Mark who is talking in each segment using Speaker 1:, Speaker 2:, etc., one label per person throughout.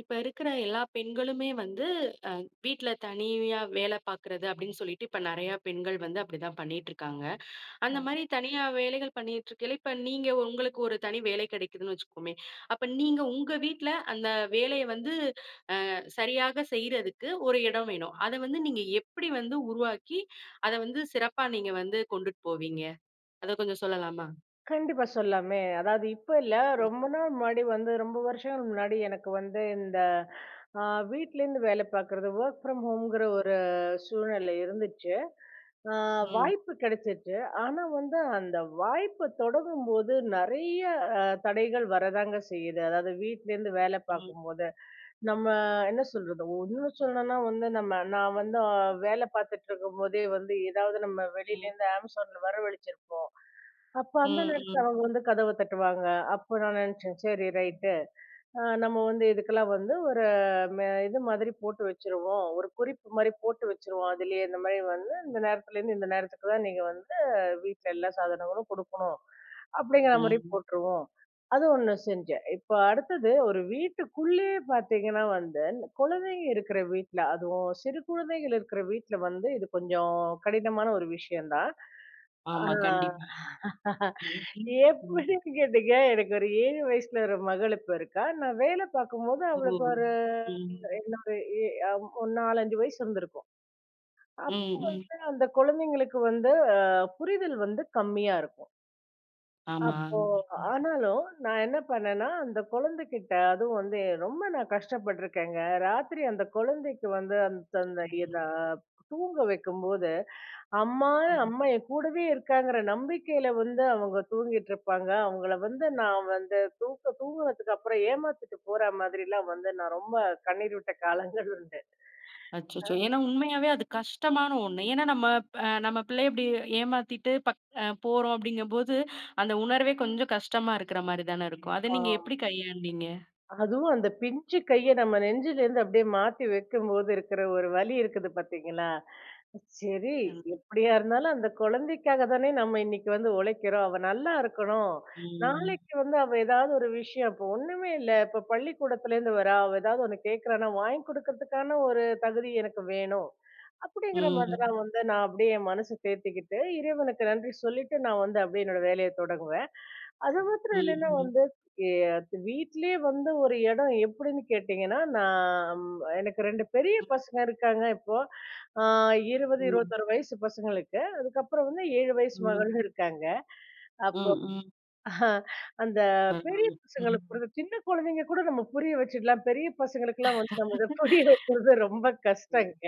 Speaker 1: இப்ப இருக்கிற எல்லா பெண்களுமே வந்து அ வீட்ல தனியா வேலை பார்க்குறது அப்படின்னு சொல்லிட்டு, இப்ப நெறைய பெண்கள் வந்து அப்படிதான் பண்ணிட்டு இருக்காங்க. அந்த மாரி தனியா வேலைகள் பண்ணிட்டு இருக்கையில, இப்ப நீங்க உங்களுக்கு ஒரு தனி வேலை கிடைக்குதுன்னு வச்சுக்கோமே. அப்ப நீங்க உங்க வீட்ல அந்த வேலைய வந்து சரியாக செய்றதுக்கு ஒரு இடம் வேணும். அத வந்து நீங்க எப்படி வந்து உருவாக்கி, அத வந்து சிறப்பா நீங்க வந்து கொண்டுட்டு போவீங்க? அத கொஞ்சம் சொல்லலாமா?
Speaker 2: கண்டிப்பா சொல்லாமே. அதாவது இப்ப இல்ல.
Speaker 1: ம்,
Speaker 2: ரொம்ப நாள் முன்னாடி வந்து ரொம்ப வருஷங்கள் முன்னாடி எனக்கு வந்து இந்த ஆ வீட்லேருந்து வேலை பார்க்குறது, வொர்க் ஃப்ரம் ஹோம்ங்கிற ஒரு சூழ்நிலை இருந்துச்சு. ஆ
Speaker 1: ம்,
Speaker 2: வாய்ப்பு கிடைச்சிச்சு. ஆனா வந்து அந்த வாய்ப்ப தொடங்கும்போது நெறைய தடைகள் வரதாங்க செய்யுது. அதாவது வீட்லேருந்து வேலை
Speaker 1: ம்,
Speaker 2: பார்க்கும்போது, நம்ம என்ன சொல்றது? இன்னும் சொல்லணும்னா வந்து நம்ம நான் வந்து வேலை பார்த்துட்டு இருக்கும்போதே வந்து ஏதாவது நம்ம
Speaker 1: ம்,
Speaker 2: வெளியிலேருந்து Amazonல வரவழிச்சிருப்போம். அப்ப அந்த
Speaker 1: ம்,
Speaker 2: நேரத்துல
Speaker 1: ம்,
Speaker 2: அவங்க வந்து கதவ தட்டுவாங்க. அப்ப நான் நினைச்சேன், சரி ரைட்டு. நம்ம வந்து இதுக்கெல்லாம் வந்து ஒரு இது மாதிரி போட்டு வச்சுருவோம். ஒரு குறிப்பு மாரி போட்டு வச்சுருவோம். அதிலேயே இந்த மாரி வந்து இந்த நேரத்துலேருந்து இந்த நேரத்துக்கு தான் நீங்க வந்து வீட்ல எல்லா சாதனங்களும் குடுக்கணும். அப்படிங்கிற மாரி
Speaker 1: ம்.
Speaker 2: போட்டுருவோம். அது ஒண்ணு செஞ்சேன். இப்ப அடுத்தது ஒரு வீட்டுக்குள்ளேயே பார்த்தீங்கன்னா வந்து, குழந்தைங்க இருக்கிற வீட்ல அதுவும் சிறு குழந்தைகள் இருக்கிற வீட்ல வந்து இது கொஞ்சம் கடினமான ஒரு விஷயம் தான்.
Speaker 1: ஆமா,
Speaker 2: ஆ.
Speaker 1: கண்டிப்பா. ம், ம், ம்.
Speaker 2: எப்படின்னு கேட்டீங்க, எனக்கு ஒரு 7 வயசுல ஒரு மகள் இப்ப இருக்கா. நான் வேலை பார்க்கும்போது
Speaker 1: ஓ!
Speaker 2: அவளுக்கு ஒரு
Speaker 1: ம்.
Speaker 2: என்ன ஒரு எ ஒரு 4, 5 வயசு இருந்திருக்கும். அப்ப
Speaker 1: ம், ம்.
Speaker 2: வந்து அந்த குழந்தைங்களுக்கு வந்து புரிதல் வந்து கம்மியா இருக்கும்.
Speaker 1: ஆமா.
Speaker 2: அப்போ
Speaker 1: ம்.
Speaker 2: ஆனாலும் நான் என்ன பண்ணேன்னா, அந்த குழந்தைகிட்ட அதுவும் வந்து ரொம்ப நான் கஷ்டப்பட்டுருக்கேங்க. ராத்திரி அந்த குழந்தைக்கு வந்து அந்த அந்த தூங்க வைக்கும்போது, அம்மா
Speaker 1: ம்.
Speaker 2: அம்மா என் கூடவே இருக்காங்கிற நம்பிக்கையில வந்து அவங்க தூங்கிட்டு இருப்பாங்க. அவங்கள வந்து நான் வந்து தூங்குனதுக்கு அப்புறம் ஏமாத்திட்டு போற மாதிரிலாம் வந்து நான் ரொம்ப கண்ணீர் விட்ட காலங்கள் உண்டு.
Speaker 1: அச்சச்சோ! ஏன்னா உண்மையாவே அது கஷ்டமான ஒண்ணு. ஏன்னா நம்ம பிள்ளைய இப்டி ஏமாத்திட்டு பக் அ போறோம் அப்டிங்கும்போது, அந்த உணர்வே கொஞ்சம் கஷ்டமா இருக்கிற மாரி தானே இருக்கும். அத நீங்க
Speaker 2: ஆமா.
Speaker 1: எப்டி கையாண்டீங்க?
Speaker 2: அதுவும் அந்த பிஞ்சு கைய நம்ம நெஞ்சிலேருந்து அப்படியே மாத்தி வைக்கும்போது இருக்கிற ஒரு வலி இருக்குது பார்த்தீங்களா? சரி,
Speaker 1: ம்.
Speaker 2: எப்படியா இருந்தாலும் அந்த குழந்தைக்காக தானே நம்ம இன்னைக்கு வந்து உழைக்கிறோம். அவ நல்லா இருக்கணும்.
Speaker 1: ம்.
Speaker 2: நாளைக்கு வந்து அவ ஏதாவது ஒரு விஷயம் இப்போ ஒண்ணுமே இல்ல. இப்ப பள்ளிக்கூடத்துலேருந்து வரா. அவ ஏதாவது ஒண்ணு கேட்கிறான்னா, வாங்கி கொடுக்கறதுக்கான ஒரு தகுதி எனக்கு வேணும். அப்படிங்கிற
Speaker 1: ம்.
Speaker 2: மாதிரிலாம் வந்து நான் அப்படியே என் மனச தேத்திக்கிட்டு, இறைவனுக்கு நன்றி சொல்லிட்டு நான் வந்து அப்படியே என்னோட வேலைய தொடங்குவேன். அது மாத்திரம்
Speaker 1: ம்.
Speaker 2: இல்லைன்னா
Speaker 1: ம்.
Speaker 2: வந்து எ அது வீட்லயே வந்து ஒரு இடம் எப்படின்னு கேட்டீங்கன்னா, நான் எனக்கு 2 பெரிய பசங்க இருக்காங்க இப்போ. ஆ 20,
Speaker 1: ம்.
Speaker 2: 26 வயசு பசங்களுக்கு. அதுக்கப்புறம் வந்து 7 வயசு
Speaker 1: ம்.
Speaker 2: மகளும் இருக்காங்க.
Speaker 1: ம்.
Speaker 2: அப்போ
Speaker 1: ம்.
Speaker 2: ஆஹ், அந்த பெரிய
Speaker 1: பரவால்ல.
Speaker 2: பசங்களுக்கு கூட சின்ன குழந்தைங்க கூட நம்ம புரிய வச்சுடலாம். பெரிய பசங்களுக்கெல்லாம் வந்து நம்ம இத புரிய வைக்கிறது ரொம்ப
Speaker 1: ம்.
Speaker 2: கஷ்டங்க.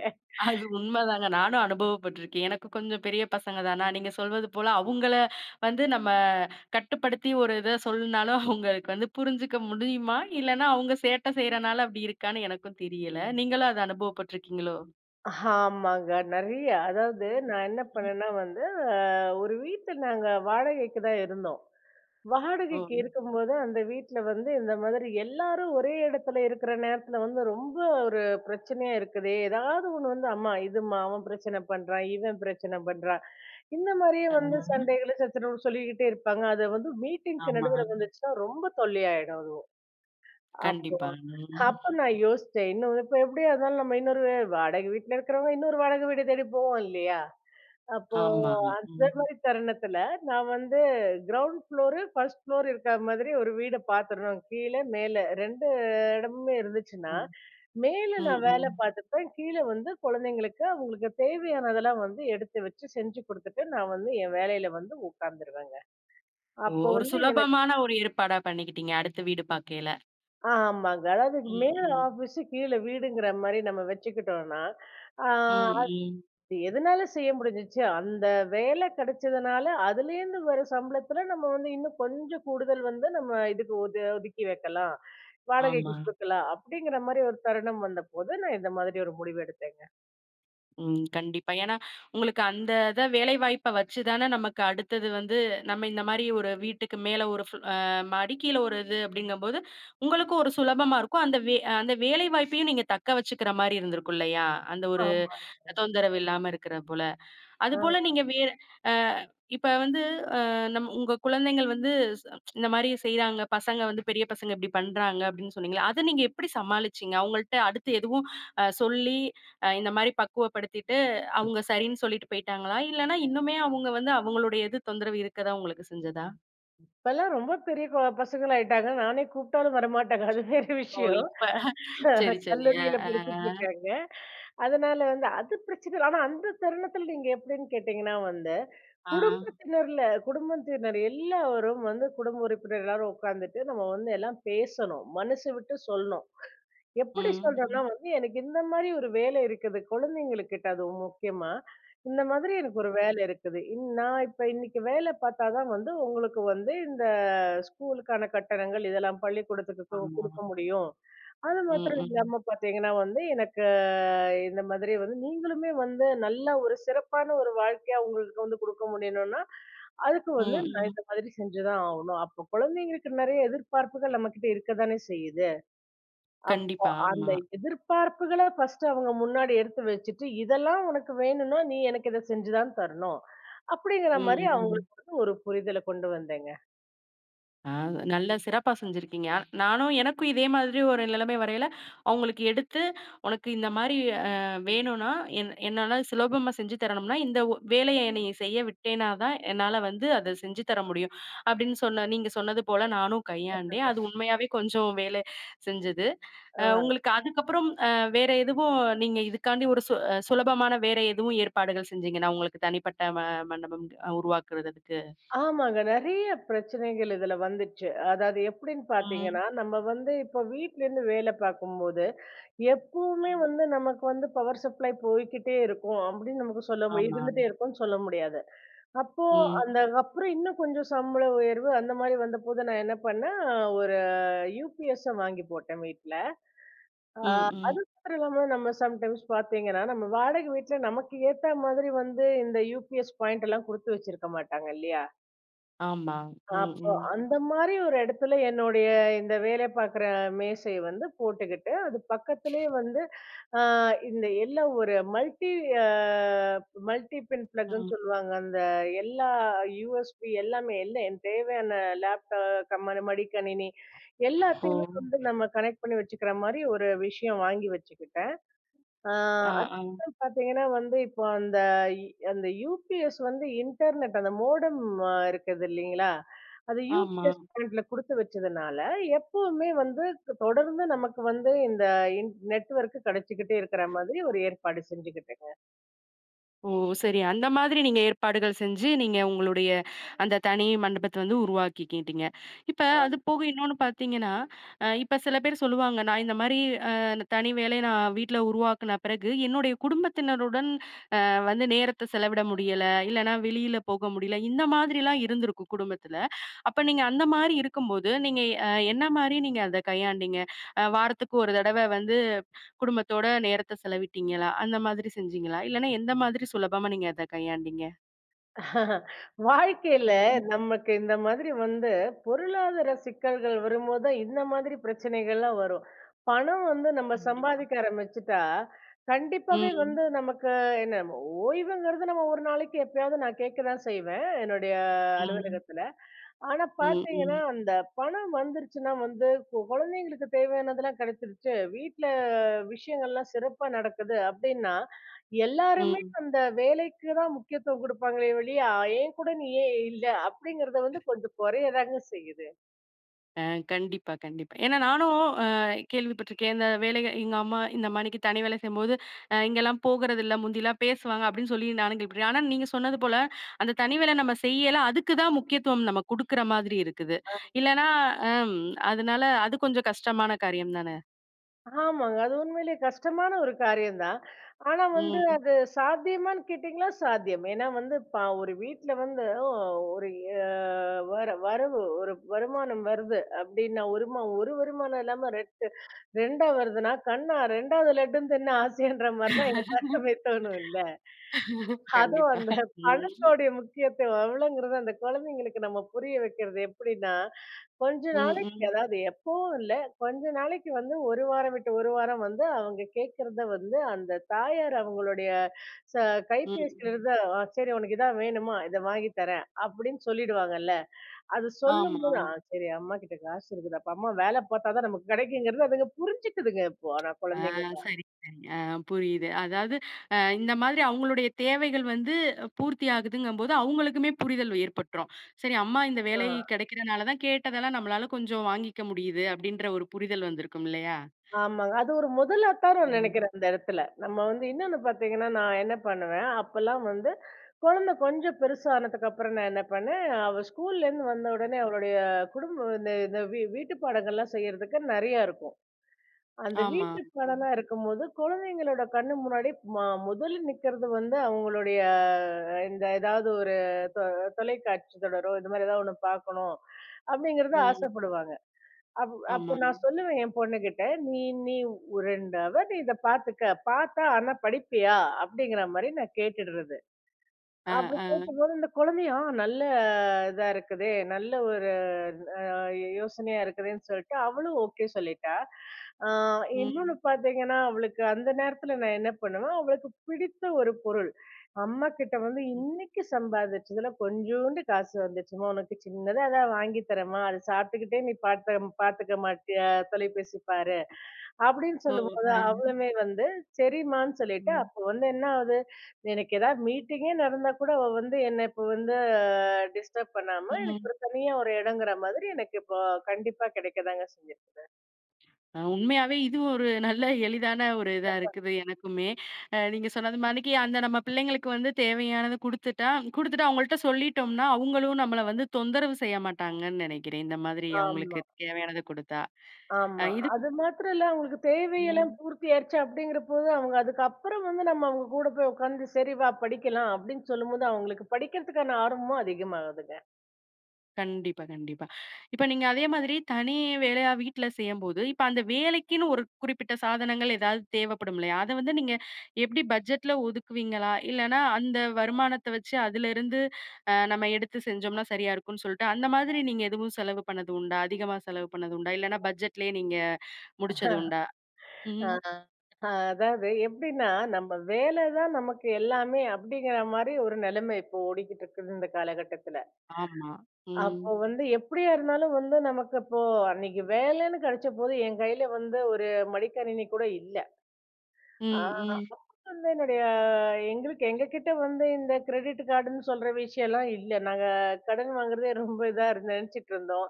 Speaker 1: அது உண்மைதாங்க. நானும் அனுபவப்பட்டுருக்கேன். எனக்கு கொஞ்சம் பெரிய பசங்க தானா, நீங்க சொல்வது போல அவங்கள வந்து நம்ம கட்டுப்படுத்தி ஒரு இத சொல்லுனாலும் அவங்களுக்கு வந்து புரிஞ்சுக்க முடியுமா? இல்லன்னா அவங்க சேட்டை செய்றனால அப்படி இருக்கான்னு எனக்கும் தெரியல. நீங்களும் அத அனுபவப்பட்டுருக்கீங்களோ?
Speaker 2: ஆமாங்க. நெறைய. அதாவது நான் என்ன பண்ணேன்னா வந்து, அ ஒரு வீட்ல நாங்க வாடகைக்கு தான் இருந்தோம்.
Speaker 1: ஓ!
Speaker 2: வாடகைக்கு இருக்கும்போது, அந்த வீட்ல வந்து இந்த மாதிரி எல்லாரும் ஒரே இடத்துல இருக்கிற நேரத்துல வந்து ரொம்ப ஒரு பிரச்சனையா இருக்குதே! ஏதாவது ஒண்ணு வந்து, "அம்மா இதும்மா அவன் பிரச்சனை பண்றான், இவன் பிரச்சனை பண்றான்." இந்த மாதிரியே
Speaker 1: ஆ,
Speaker 2: வந்து சண்டைகளும் சச்சரவும் சொல்லிக்கிட்டே இருப்பாங்க. அத வந்து மீட்டிங்க்கு
Speaker 1: ஆமா.
Speaker 2: நடுவுல வந்துச்சுன்னா ரொம்ப தொல்லையாயிடும் அதுவும். அப்போ
Speaker 1: கண்டிப்பா. ம்.
Speaker 2: அப்ப நான் யோசிச்சேன். இன்னும் இப்ப எப்படியா இருந்தாலும் நம்ம இன்னொரு வாடகை வீட்ல இருக்கிறவங்க இன்னொரு வாடகை வீடு தேடி போவோம் இல்லையா? அப்போ
Speaker 1: ஆமா.
Speaker 2: அந்த
Speaker 1: ம்.
Speaker 2: மாரி தருணத்துல நான் வந்து கிரவுண்ட் ஃப்ளோரு, ஃபர்ஸ்ட் ஃப்ளோர் இருக்கிற மாதிரி ஒரு வீட பாத்துறணும். கீழ, மேல 2 இடமுமே
Speaker 1: அ.
Speaker 2: இருந்துச்சுன்னா, மேல
Speaker 1: ம்,
Speaker 2: நான் வேல
Speaker 1: ம்.
Speaker 2: பாத்துப்பேன். கீழ வந்து குழந்தைங்களுக்கு அவங்களுக்கு தேவையானதெல்லாம் வந்து எடுத்து வச்சு செஞ்சு குடுத்துட்டு, நான் வந்து என் வேலையில வந்து உட்கார்ந்துருவேங்க.
Speaker 1: ஓ!
Speaker 2: அப்போ
Speaker 1: ஒரு
Speaker 2: வந்து
Speaker 1: சுலபமான ஒரு ஏற்பாடா பண்ணிக்கிட்டீங்க அடுத்த வீடு பாக்கையில.
Speaker 2: ஆமாங்க. அதாவது
Speaker 1: ம்,
Speaker 2: மேல
Speaker 1: ம்.
Speaker 2: ஆஃபீஸு, கீழ வீடுங்கிற மாரி நம்ம வச்சுக்கிட்டோம்ன்னா, ஆ
Speaker 1: ம், ம்.
Speaker 2: அது எதனால செய்ய முடிஞ்சுச்சு, அந்த வேலை கிடைச்சதுனால, அதுலேருந்து வர சம்பளத்துல நம்ம வந்து இன்னும் கொஞ்சம் கூடுதல் வந்து நம்ம இதுக்கு ஒதுக்கி வைக்கலாம்.
Speaker 1: ஆமா.
Speaker 2: வாடகைக்கு குடுக்கலாம். அப்படிங்கிற மாரி ஒரு தருணம் வந்தபோது, நான் இந்த மாதிரி ஒரு முடிவு எடுத்தேங்க.
Speaker 1: ம். கண்டிப்பா. ஏன்னா, உங்களுக்கு அந்த இத வேலைவாய்ப்ப வச்சு தானே நமக்கு அடுத்தது வந்து நம்ம இந்த மாரி ஒரு வீட்டுக்கு மேல ஒரு ஃப் அ மாடி, கீழ ஒரு இது அப்படிங்கும்போது, உங்களுக்கும் ஒரு சுலபமா இருக்கும். அந்த வேலைவாய்ப்பையும் நீங்க தக்க வச்சுக்கிற மாரி இருந்திருக்கும் இல்லையா? அந்த ஒரு
Speaker 2: ஆமா.
Speaker 1: தொந்தரவு இல்லாம இருக்கிற போல.
Speaker 2: ஆ.
Speaker 1: அதுபோல நீங்க வேற அ இப்ப வந்து அ உங்க குழந்தைகள் வந்து ஸ் இந்த மாரி செய்றாங்க. பசங்க வந்து பெரிய பசங்க இப்படி பண்றாங்க அப்படின்னு சொன்னீங்கல்ல. அத நீங்க எப்படி சமாளிச்சீங்க? அவங்கள்ட்ட அடுத்து எதுவும் சொல்லி இந்த மாரி பக்குவப்படுத்திட்டு அவங்க சரின்னு சொல்லிட்டு போயிட்டாங்களா? இல்லன்னா இன்னுமே அவங்க வந்து அவங்களுடைய இது தொந்தரவு இருக்கதா உங்களுக்கு செஞ்சதா?
Speaker 2: இப்பலாம் ரொம்ப பெரிய பசங்களாயிட்டாங்க. நானே கூப்பிட்டாலும் வரமாட்டாங்க. அது வேற
Speaker 1: ஓ!
Speaker 2: விஷயம்.
Speaker 1: இப்ப சரி, சரி. அ,
Speaker 2: கல்லூரியில
Speaker 1: அ,
Speaker 2: படிச்சுட்டு இருக்காங்க. அதனால வந்து அது பிரச்சனை இல்ல. ஆனா அந்த தருணத்துல நீங்க எப்படின்னு கேட்டீங்கன்னா வந்து,
Speaker 1: அ. ஆ.
Speaker 2: குடும்பத்தினர்ல குடும்பத்தினர் எல்லாரும் வந்து குடும்ப உறுப்பினர் எல்லாரும் உட்கார்ந்துட்டு நம்ம வந்து எல்லாம் பேசணும். மனசு விட்டு சொல்லணும். எப்படி சொல்றேன்னா
Speaker 1: ம்.
Speaker 2: வந்து, எனக்கு இந்த மாரி ஒரு வேலை இருக்குது. குழந்தைங்ககிட்ட அதுவும் முக்கியமா, இந்த மாதிரி எனக்கு ஒரு வேலை இருக்குது. நான் இப்ப இன்னைக்கு வேலை பார்த்தா தான் வந்து உங்களுக்கு வந்து இந்த ஸ்கூலுக்கான கட்டணங்கள் இதெல்லாம் பள்ளிக்கூடத்துக்கு
Speaker 1: ஆமா.
Speaker 2: குடுக்க முடியும். அது
Speaker 1: ம்,
Speaker 2: மாத்திரம்
Speaker 1: ம்.
Speaker 2: இல்லாம பார்த்தீங்கன்னா வந்து, எனக்கு இந்த மாதிரி வந்து நீங்களுமே வந்து நல்ல ஒரு சிறப்பான ஒரு வாழ்க்கையா உங்களுக்கு வந்து குடுக்க முடியணும்னா, அதுக்கு வந்து
Speaker 1: ம்,
Speaker 2: நான்
Speaker 1: ம்.
Speaker 2: இந்த மாதிரி செஞ்சு தான் ஆகணும். அப்போ குழந்தைங்களுக்கு நெறைய எதிர்பார்ப்புகள் நம்மகிட்ட இருக்க தானே செய்யுது. அப்போ
Speaker 1: கண்டிப்பா.
Speaker 2: அந்த
Speaker 1: ஆமா.
Speaker 2: எதிர்பார்ப்புகள ஃபர்ஸ்ட்டு அவங்க முன்னாடி எடுத்து வச்சுட்டு, இதெல்லாம் உனக்கு வேணும்னா, நீ எனக்கு இத செஞ்சு தான் தரணும். அப்படிங்கிற
Speaker 1: ம்,
Speaker 2: மாரி
Speaker 1: ம்.
Speaker 2: அவங்களுக்கு வந்து ஒரு புரிதல கொண்டு வந்தேங்க.
Speaker 1: ஆ, நல்ல சிறப்பா செஞ்சிருக்கீங்க. ஆ, நானும் எனக்கும் இதே மாதிரி ஒரு நிலைமை வரையில, அவங்களுக்கு எடுத்து "உனக்கு இந்த மாரி அ வேணும்னா, என் என்னால சுலபமா செஞ்சு தரணும்னா, இந்த வேலைய நீ செய்ய விட்டேன்னா தான் என்னால வந்து அத செஞ்சு தர முடியும்." அப்படின்னு சொன்ன நீங்க சொன்னது போல நானும் கையாண்டேன். அது உண்மையாவே கொஞ்சம் வேலை செஞ்சது.
Speaker 2: ஆ,
Speaker 1: உங்களுக்கு அதுக்கப்புறம் வேற எதுவும் நீங்க இதுக்காண்டி ஒரு சு அ சுலபமான வேற எதுவும் ஏற்பாடுகள் செஞ்சீங்கன்னா, உங்களுக்கு தனிப்பட்ட மண்டபம் உருவாக்குறதுக்கு?
Speaker 2: ஆமாங்க. நெறைய பிரச்சனைகள் இதுல வந்துச்சு. அதாவது எப்படின்னு
Speaker 1: ம்.
Speaker 2: பார்த்தீங்கன்னா, நம்ம வந்து இப்போ வீட்லேருந்து வேல பார்க்கும்போது, எப்பவுமே
Speaker 1: ம்.
Speaker 2: வந்து நமக்கு வந்து பவர் சப்ளை போய்க்கிட்டே இருக்கும் அப்படின்னு நமக்கு சொல்ல முடியாது.
Speaker 1: ஆமா.
Speaker 2: இருந்துட்டே இருக்கும்னு சொல்ல முடியாது. அப்போ
Speaker 1: ம்.
Speaker 2: அந்த அப்புறம் இன்னும் கொஞ்சம் சம்பள உயர்வு அந்த மாரி வந்தபோது நான் என்ன பண்ணேன், யூபிஎஸ்ஸ வாங்கி போட்டேன் வீட்ல. ஆ
Speaker 1: ம், ம்.
Speaker 2: அது மாத்திரம் இல்லாம நம்ம சம்டைம்ஸ் பார்த்தீங்கன்னா, நம்ம வாடகை வீட்ல நமக்கு ஏத்த மாதிரி வந்து இந்த யூபிஎஸ் பாயிண்ட் எல்லாம் குடுத்து வச்சிருக்க மாட்டாங்க இல்லையா?
Speaker 1: ஆமா. ம்,
Speaker 2: அப்போ
Speaker 1: ம்.
Speaker 2: அந்த மாரி ஒரு இடத்துல என்னுடைய இந்த வேலை பார்க்குற மேசை வந்து போட்டுக்கிட்டு, அது பக்கத்திலேயே வந்து அ இந்த எல்லா ஒரு அ மல்டி பின் பிளக்ன்னு
Speaker 1: ம்.
Speaker 2: சொல்லுவாங்க. அந்த எல்லா யூஎஸ்பி எல்லாமே எல்லாம் என் தேவையான லேப்டாப் கம்மனு மடிக்கணினி
Speaker 1: ஓ!
Speaker 2: எல்லாத்தையுமே வந்து நம்ம கனெக்ட் பண்ணி வச்சுக்கிற மாரி ஒரு விஷயம் வாங்கி வச்சுக்கிட்டேன். ஆ
Speaker 1: ஆ, ஆ.
Speaker 2: அதுக்கப்புறம் பார்த்தீங்கன்னா வந்து, இப்போ அந்த இ அந்த யுபிஎஸ் வந்து இன்டர்நெட் அந்த மோடம் இருக்குது இல்லீங்களா? அது
Speaker 1: ஆமா.
Speaker 2: யுபிஎஸ் பாயிண்ட்ல குடுத்து வச்சதுனால, எப்பவுமே வந்து தொடர்ந்து நமக்கு வந்து இந்த நெட்வொர்க் கிடைச்சுக்கிட்டே இருக்கிற மாதிரி ஒரு ஏற்பாடு செஞ்சுக்கிட்டேங்க.
Speaker 1: ஓ! சரி. அந்த மாதிரி நீங்க ஏற்பாடுகள் செஞ்சு, நீங்க உங்களுடைய அந்த தனி மண்டபத்த வந்து உருவாக்கிக்கிட்டீங்க. இப்ப அது
Speaker 2: ஆ.
Speaker 1: போக இன்னொன்னு பார்த்தீங்கன்னா, இப்ப சில பேர் சொல்லுவாங்க, "நான் இந்த மாரி அ தனி வேலை நான் வீட்ல உருவாக்குன பிறகு, என்னுடைய குடும்பத்தினருடன் வந்து நேரத்த செலவிட முடியல, இல்லன்னா வெளியில போக முடியல. இந்த மாதிரிலாம் இருந்திருக்கும் குடும்பத்துல. அப்ப நீங்க அந்த மாரி இருக்கும்போது, நீங்க என்ன மாரி நீங்க அத கையாண்டீங்க? வாரத்துக்கு ஒரு தடவ வந்து குடும்பத்தோட நேரத்த செலவிட்டீங்களா? அந்த மாதிரி செஞ்சீங்களா? இல்லன்னா எந்த மாதிரி சுலபமா நீங்க அத கையாண்டீங்க?
Speaker 2: வாழ்க்கையில
Speaker 1: ம்.
Speaker 2: நமக்கு இந்த மாதிரி வந்து பொருளாதார சிக்கல்கள் வரும்போது தான் இந்த மாதிரி பிரச்சனைகள்லாம் வரும். பணம் வந்து நம்ம
Speaker 1: கண்டிப்பா.
Speaker 2: சம்பாதிக்க ஆரம்பிச்சுட்டா, கண்டிப்பாவே
Speaker 1: ம்.
Speaker 2: வந்து நமக்கு என்ன ஓய்வுங்கிறது நம்ம ஒரு நாளைக்கு எப்பயாவது நான் கேட்க தான் செய்வேன். என்னுடைய
Speaker 1: ம்.
Speaker 2: அலுவலகத்துல. ஆனா
Speaker 1: ம்.
Speaker 2: பாத்தீங்கன்னா,
Speaker 1: ம்.
Speaker 2: அந்த பணம் வந்துருச்சுன்னா வந்து, குழந்தைங்களுக்கு தேவையானதெல்லாம் கிடைச்சிருச்சு. வீட்ல விஷயங்கள்லாம் சிறப்பா நடக்குது அப்படின்னா, எல்லாருமே
Speaker 1: ம்.
Speaker 2: அந்த வேலைக்கு தான் முக்கியத்துவம் குடுப்பாங்களே ஒழிய, "என் கூட நீ ஏன் இல்ல?" அப்படிங்கிறத வந்து கொஞ்சம் குறைய தாங்க செய்யுது.
Speaker 1: அ கண்டிப்பா, கண்டிப்பா. ஏன்னா நானும் அ கேள்விப்பட்டிருக்கேன். இந்த வேலைக எங்க அம்மா இந்த மாணிக்கு தனி வேலை செய்யும்போது, இங்கெல்லாம் போகறதில்ல, முந்திலாம் பேசுவாங்க அப்படின்னு சொல்லி நானும் கேள்விப்பட்டேன். ஆனா நீங்க சொன்னது போல, அந்த தனி வேலை நம்ம செய்யல, அதுக்கு தான் முக்கியத்துவம் நம்ம குடுக்குற மாதிரி இருக்குது. இல்லன்னா அம் அதனால அது கொஞ்சம் கஷ்டமான காரியம் தானே!
Speaker 2: ஆமாங்க. அது உண்மையிலேயே கஷ்டமான ஒரு காரியம் தான். ஆனா வந்து
Speaker 1: ம்.
Speaker 2: அது சாத்தியமான்னு கேட்டீங்களா, சாத்தியம். ஏன்னா வந்து ஒரு வீட்ல வந்து ஒரு அ வரவு ஒரு வருமானம் வருது அப்டின்னா, ஒரு வருமானம் இல்லாம 2 வருதுன்னா, கண்ணா 2வது லட்டுன்னு தின்ன ஆசைன்ற மாரி தான் எல்லாருக்குமே தோணும் இல்ல? அதுவும்
Speaker 1: கண்டிப்பா.
Speaker 2: அந்த
Speaker 1: ம்.
Speaker 2: பணத்தோடைய முக்கியத்துவம் எவ்வளோங்கிறது அந்த குழந்தைங்களுக்கு நம்ம புரிய வைக்கிறது எப்படின்னா, கொஞ்ச
Speaker 1: ம்,
Speaker 2: நாளைக்கு
Speaker 1: ம்.
Speaker 2: அதாவது எப்பவும் இல்ல. கொஞ்ச நாளைக்கு வந்து 1 வாரம் விட்டு 1 வாரம் வந்து அவங்க கேட்கிறத வந்து அந்த தாயார் அவங்களுடைய ச
Speaker 1: ம், ம்.
Speaker 2: கைபேசியிலிருந்து "ஆ சரி உனக்கு இதான் வேணுமா? இத வாங்கி தரேன்" அப்படின்னு சொல்லிடுவாங்கல்ல. அது
Speaker 1: ஆமா.
Speaker 2: சொல்லும்போது, "ஆ சரி அம்மா கிட்ட காசு இருக்குதப்பா. அம்மா வேலை பார்த்தா தான் நமக்கு கிடைக்குங்கிறது" அதுங்க புரிஞ்சுக்குதுங்க இப்போ ஆனா
Speaker 1: ஆ,
Speaker 2: குழந்தைங்கலாம்.
Speaker 1: சரி, சரி. ஆ, புரியுது. அதாவது இந்த மாதிரி அவங்களுடைய தேவைகள் வந்து பூர்த்தி ஆகுதுங்கும்போது, அவங்களுக்குமே புரிதல் ஏற்பட்டுரும். சரி அம்மா இந்த
Speaker 2: ஆ.
Speaker 1: வேலை கிடைக்கிறனால தான் கேட்டதெல்லாம் நம்மளால கொஞ்சம் வாங்கிக்க முடியுது அப்படின்ற ஒரு புரிதல் வந்திருக்கும் இல்லையா?
Speaker 2: ஆமாங்க. அது ஒரு முதல் அத்தாரம்
Speaker 1: ம்.
Speaker 2: நெனைக்கிறேன் அந்த இடத்துல. நம்ம வந்து இன்னொன்னு பார்த்தீங்கன்னா, நான் என்ன பண்ணுவேன், அப்பலாம் வந்து குழந்தை கொஞ்சம் பெருசானதுக்கு அப்புறம் நான் என்ன பண்ணேன், அவ ஸ்கூல்லேருந்து வந்த உடனே அவளுடைய இந்த இந்த வீட்டு பாடங்கள்லாம் செய்யறதுக்கு நெறையா இருக்கும். அந்த
Speaker 1: ஆமா.
Speaker 2: வீட்டு
Speaker 1: ம்.
Speaker 2: பாடம்லாம் இருக்கும்போது, குழந்தைங்களோட கண்ணு முன்னாடி முதல்ல நிக்கிறது வந்து அவங்களுடைய இந்த ஏதாவது ஒரு தொ தொலைக்காட்சி தொடரோ, இது மாரி ஏதாவது ஒண்ணு பார்க்கணும், அப்படிங்கிறத
Speaker 1: ம்.
Speaker 2: ஆசைப்படுவாங்க. அப்
Speaker 1: ஆமா.
Speaker 2: அப்ப நான் சொல்லுவேன் என் பொண்ணுகிட்ட, "நீ நீ 2 ஹவர் நீ இத பாத்துக்க. பாத்தா ஆனா படிப்பியா?" அப்படிங்கிற மாரி நான் கேட்டுடுறது.
Speaker 1: அ,
Speaker 2: அப்படி
Speaker 1: அ.
Speaker 2: கேட்கும்போது, இந்த குழந்தையும் "ஆ, நல்ல இதா இருக்குதே! நல்ல ஒரு அ யோசனையா இருக்குதேன்னு சொல்லிட்டு, அவளும் ஓகே சொல்லிட்டா. ஆ இன்னொன்னு
Speaker 1: ம்.
Speaker 2: பார்த்தீங்கன்னா, அவளுக்கு அந்த நேரத்தில நான் என்ன பண்ணுவேன், அவளுக்கு பிடித்த ஒரு பொருள். அம்மா கிட்ட வந்து
Speaker 1: ம்.
Speaker 2: இன்னைக்கு சம்பாதிச்சதுல கொஞ்சூண்டு காசு வந்துச்சும்மா, உனக்கு சின்னதா எதா வாங்கி தரேம்மா, அத சாப்பிட்டுக்கிட்டே நீ பார்த்துக்க மாட்டியா? தொலைபேசி பாரு. அப்படின்னு
Speaker 1: ஓ!
Speaker 2: சொல்லும்போது,
Speaker 1: அ.
Speaker 2: அவளுமே வந்து சரிம்மான்னு சொல்லிட்டு,
Speaker 1: ம்.
Speaker 2: அப்போ வந்து என்ன ஆகுது? எனக்கு ஏதாவது மீட்டிங்கே நடந்தா கூட அவ வந்து என்ன இப்ப வந்து டிஸ்டர்ப் பண்ணாம எனக்கு
Speaker 1: ம்.
Speaker 2: ஒரு தனியா ஒரு இடங்கிற மாதிரி எனக்கு இப்போ கண்டிப்பா கிடைக்கதாங்க செஞ்சு.
Speaker 1: உண்மையாவே இது ஒரு நல்ல எளிதான ஒரு இதா இருக்குது எனக்குமே. நீங்க சொன்னது மாணிக்கு அந்த நம்ம பிள்ளைங்களுக்கு வந்து தேவையானத குடுத்துட்டு அவங்கள்ட்ட சொல்லிட்டோம்னா, அவங்களும் நம்மள வந்து தொந்தரவு செய்ய மாட்டாங்கன்னு நெனைக்கிறேன். இந்த மாதிரி
Speaker 2: ஆமா,
Speaker 1: அவங்களுக்கு தேவையானத குடுத்தா. அ
Speaker 2: ஆமா.
Speaker 1: இது
Speaker 2: அது மாத்திரம் இல்ல அவங்களுக்கு தேவையெல்லாம்
Speaker 1: ம்.
Speaker 2: பூர்த்தியாயிருச்சு அப்படிங்கிறபோது, அவங்க அதுக்கப்புறம் வந்து நம்ம அவங்க கூட போய் உட்கார்ந்து, "சரி வா படிக்கலாம்" அப்படின்னு சொல்லும்போது, அவங்களுக்கு படிக்கிறதுக்கான ஆர்வமும் அதிகமாகுதுங்க.
Speaker 1: கண்டிப்பா, கண்டிப்பா. இப்ப நீங்க அதே மாதிரி தனி வேலையா வீட்ல செய்யும்போது, இப்ப அந்த வேலைக்குன்னு ஒரு குறிப்பிட்ட சாதனங்கள் ஏதாவது தேவைப்படும் இல்லையா? அத வந்து நீங்க எப்படி பட்ஜெட்ல ஒதுக்குவீங்களா? இல்லன்னா அந்த வருமானத்த வச்சு அதிலிருந்து நம்ம எடுத்து செஞ்சோம்னா சரியா இருக்கும்ன்னு சொல்லிட்டு, அந்த மாதிரி நீங்க எதுவும் செலவு பண்ணது உண்டா? அதிகமா செலவு பண்ணது உண்டா? இல்லன்னா பட்ஜெட்லயே நீங்க முடிச்சது உண்டா?
Speaker 2: ஆ.
Speaker 1: ம்.
Speaker 2: அதாவது எப்படின்னா, நம்ம வேலை தான் நமக்கு எல்லாமே அப்படிங்கிற மாரி ஒரு நிலைமை இப்போ ஓடிக்கிட்டு இருக்குது இந்த காலகட்டத்துல.
Speaker 1: ஆமா. ம்.
Speaker 2: அப்போ வந்து எப்படியா இருந்தாலும் வந்து நமக்கு இப்போ அன்னைக்கு வேலைன்னு கிடைச்ச போது என் கையில வந்து ஒரு மடிக்கணினி கூட இல்ல. ஆ
Speaker 1: ம்,
Speaker 2: அப்ப
Speaker 1: ம்.
Speaker 2: வந்து என்னுடைய எங்களுக்கு எங்ககிட்ட வந்து இந்த கிரெடிட் கார்டுன்னு சொல்ற விஷயம்லாம் இல்ல. நாங்க கடன் வாங்குறதே ரொம்ப இதா இருந்து நினைச்சிட்டு இருந்தோம்.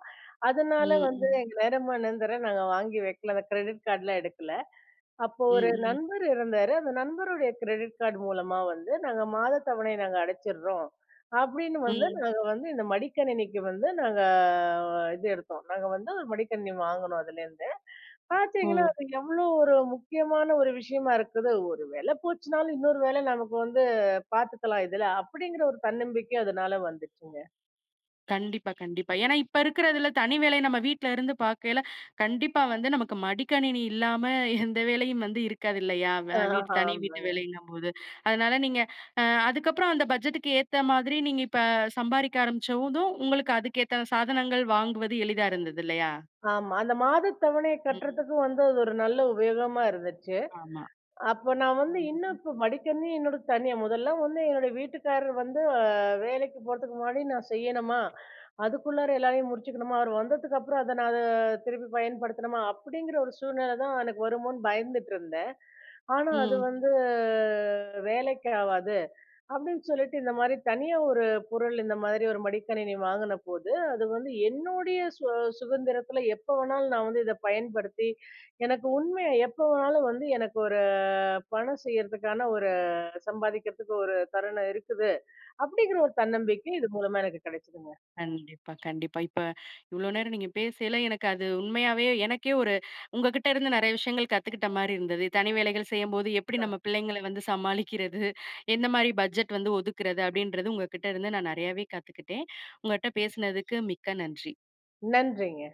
Speaker 2: அதனால
Speaker 1: ம்,
Speaker 2: வந்து
Speaker 1: ம்.
Speaker 2: எங்க நேரமா நேந்தர நாங்க வாங்கி வைக்கல. அந்த கிரெடிட் கார்ட்லாம் எடுக்கல. அப்போ ஒரு
Speaker 1: ம், ம்.
Speaker 2: நண்பர் இருந்தாரு. அந்த நண்பருடைய கிரெடிட் கார்டு மூலமா வந்து, நாங்க மாத தவணை நாங்க அடைச்சிடுறோம். அப்படின்னு வந்து
Speaker 1: ம்.
Speaker 2: நாங்க வந்து இந்த மடிக்கணினிக்கு வந்து நாங்க இது எடுத்தோம். நாங்க வந்து ஒரு மடிக்கணினி வாங்குனோம் அதுலேருந்து.
Speaker 1: ஓ!
Speaker 2: பார்த்தீங்கன்னா, அது எவ்வளோ ஒரு முக்கியமான ஒரு விஷயமா இருக்குது. ஒரு வேலை போச்சுனாலும் இன்னொரு வேலை நமக்கு வந்து பார்த்துக்கலாம் இதுல. அப்படிங்கிற ஒரு தன்னம்பிக்கை அதனால வந்துச்சுங்க.
Speaker 1: கண்டிப்பா, கண்டிப்பா. ஏன்னா இப்ப இருக்கிறதுல தனி வேலை நம்ம வீட்ல இருந்து பார்க்கையில, கண்டிப்பா வந்து நமக்கு மடிக்கணினி இல்லாம எந்த வேலையும் வந்து இருக்காது இல்லையா? வ
Speaker 2: ஆ
Speaker 1: வீட்டு தனி வீட்டு
Speaker 2: ஆமாங்க.
Speaker 1: வேலைங்கும்போது. அதனால நீங்க அதுக்கப்புறம் அந்த பட்ஜெட்டுக்கு ஏத்த மாதிரி நீங்க இப்ப சம்பாரிக்க ஆரம்பிச்சதும், உங்களுக்கு அதுக்கேத்த சாதனங்கள் வாங்குவது எளிதா இருந்தது இல்லையா?
Speaker 2: ஆமா. அந்த மாதத் தவணைய
Speaker 1: ம்.
Speaker 2: கட்டுறதுக்கும் வந்து அது ஒரு நல்ல உபயோகமா இருந்துச்சு.
Speaker 1: ஆமா.
Speaker 2: அப்ப நான் வந்து இன்னும்
Speaker 1: ம்.
Speaker 2: இப்ப மடிக்கணினி என்னோட தனியா முதல்ல வந்து என்னோட வீட்டுக்காரர் வந்து வேலைக்கு போறதுக்கு முன்னாடி நான் செய்யணுமா அதுக்குள்ளார எல்லாரையும் முடிச்சுக்கணுமா அவர் வந்ததுக்கு அப்புறம் அதை நான் அதை திருப்பி பயன்படுத்தணுமா அப்படிங்கிற ஒரு சூழ்நிலை தான் எனக்கு வருமோன்னு பயந்துட்டு இருந்தேன். ஆனா அது
Speaker 1: ம்.
Speaker 2: வந்து வேலைக்கு ஆகாது அப்படின்னு சொல்லிட்டு இந்த மாதிரி தனியா ஒரு பொருள் இந்த மாதிரி ஒரு மடிக்கணினி வாங்கின போது அது வந்து என்னுடைய சுதந்திரத்துல எப்ப வேணாலும் நான் வந்து இதை பயன்படுத்தி எனக்கு உண்மையா எப்ப வேணாலும் வந்து எனக்கு ஒரு பணம் செய்யறதுக்கான ஒரு சம்பாதிக்கிறதுக்கு ஒரு தருணம் இருக்குது. அப்படிங்கிற ஒரு தன்னம்பிக்கை இது மூலமா எனக்கு கிடைச்சதுங்க.
Speaker 1: கண்டிப்பா, கண்டிப்பா. இப்ப இவ்ளோ நேரம் நீங்க பேசையில எனக்கு அது உண்மையாவே எனக்கே ஒரு உங்ககிட்ட இருந்து நெறைய விஷயங்கள் கத்துக்கிட்ட மாரி இருந்தது. தனி வேலைகள் செய்யும்போது எப்படி நம்ம
Speaker 2: அ.
Speaker 1: பிள்ளைங்கள வந்து சமாளிக்கிறது, எந்த மாரி பட்ஜெட் வந்து ஒதுக்குறது அப்படின்றது உங்ககிட்ட இருந்து நான் நெறையாவே கத்துக்கிட்டேன். உங்கட்ட பேசினதுக்கு மிக்க நன்றி.
Speaker 2: நன்றிங்க.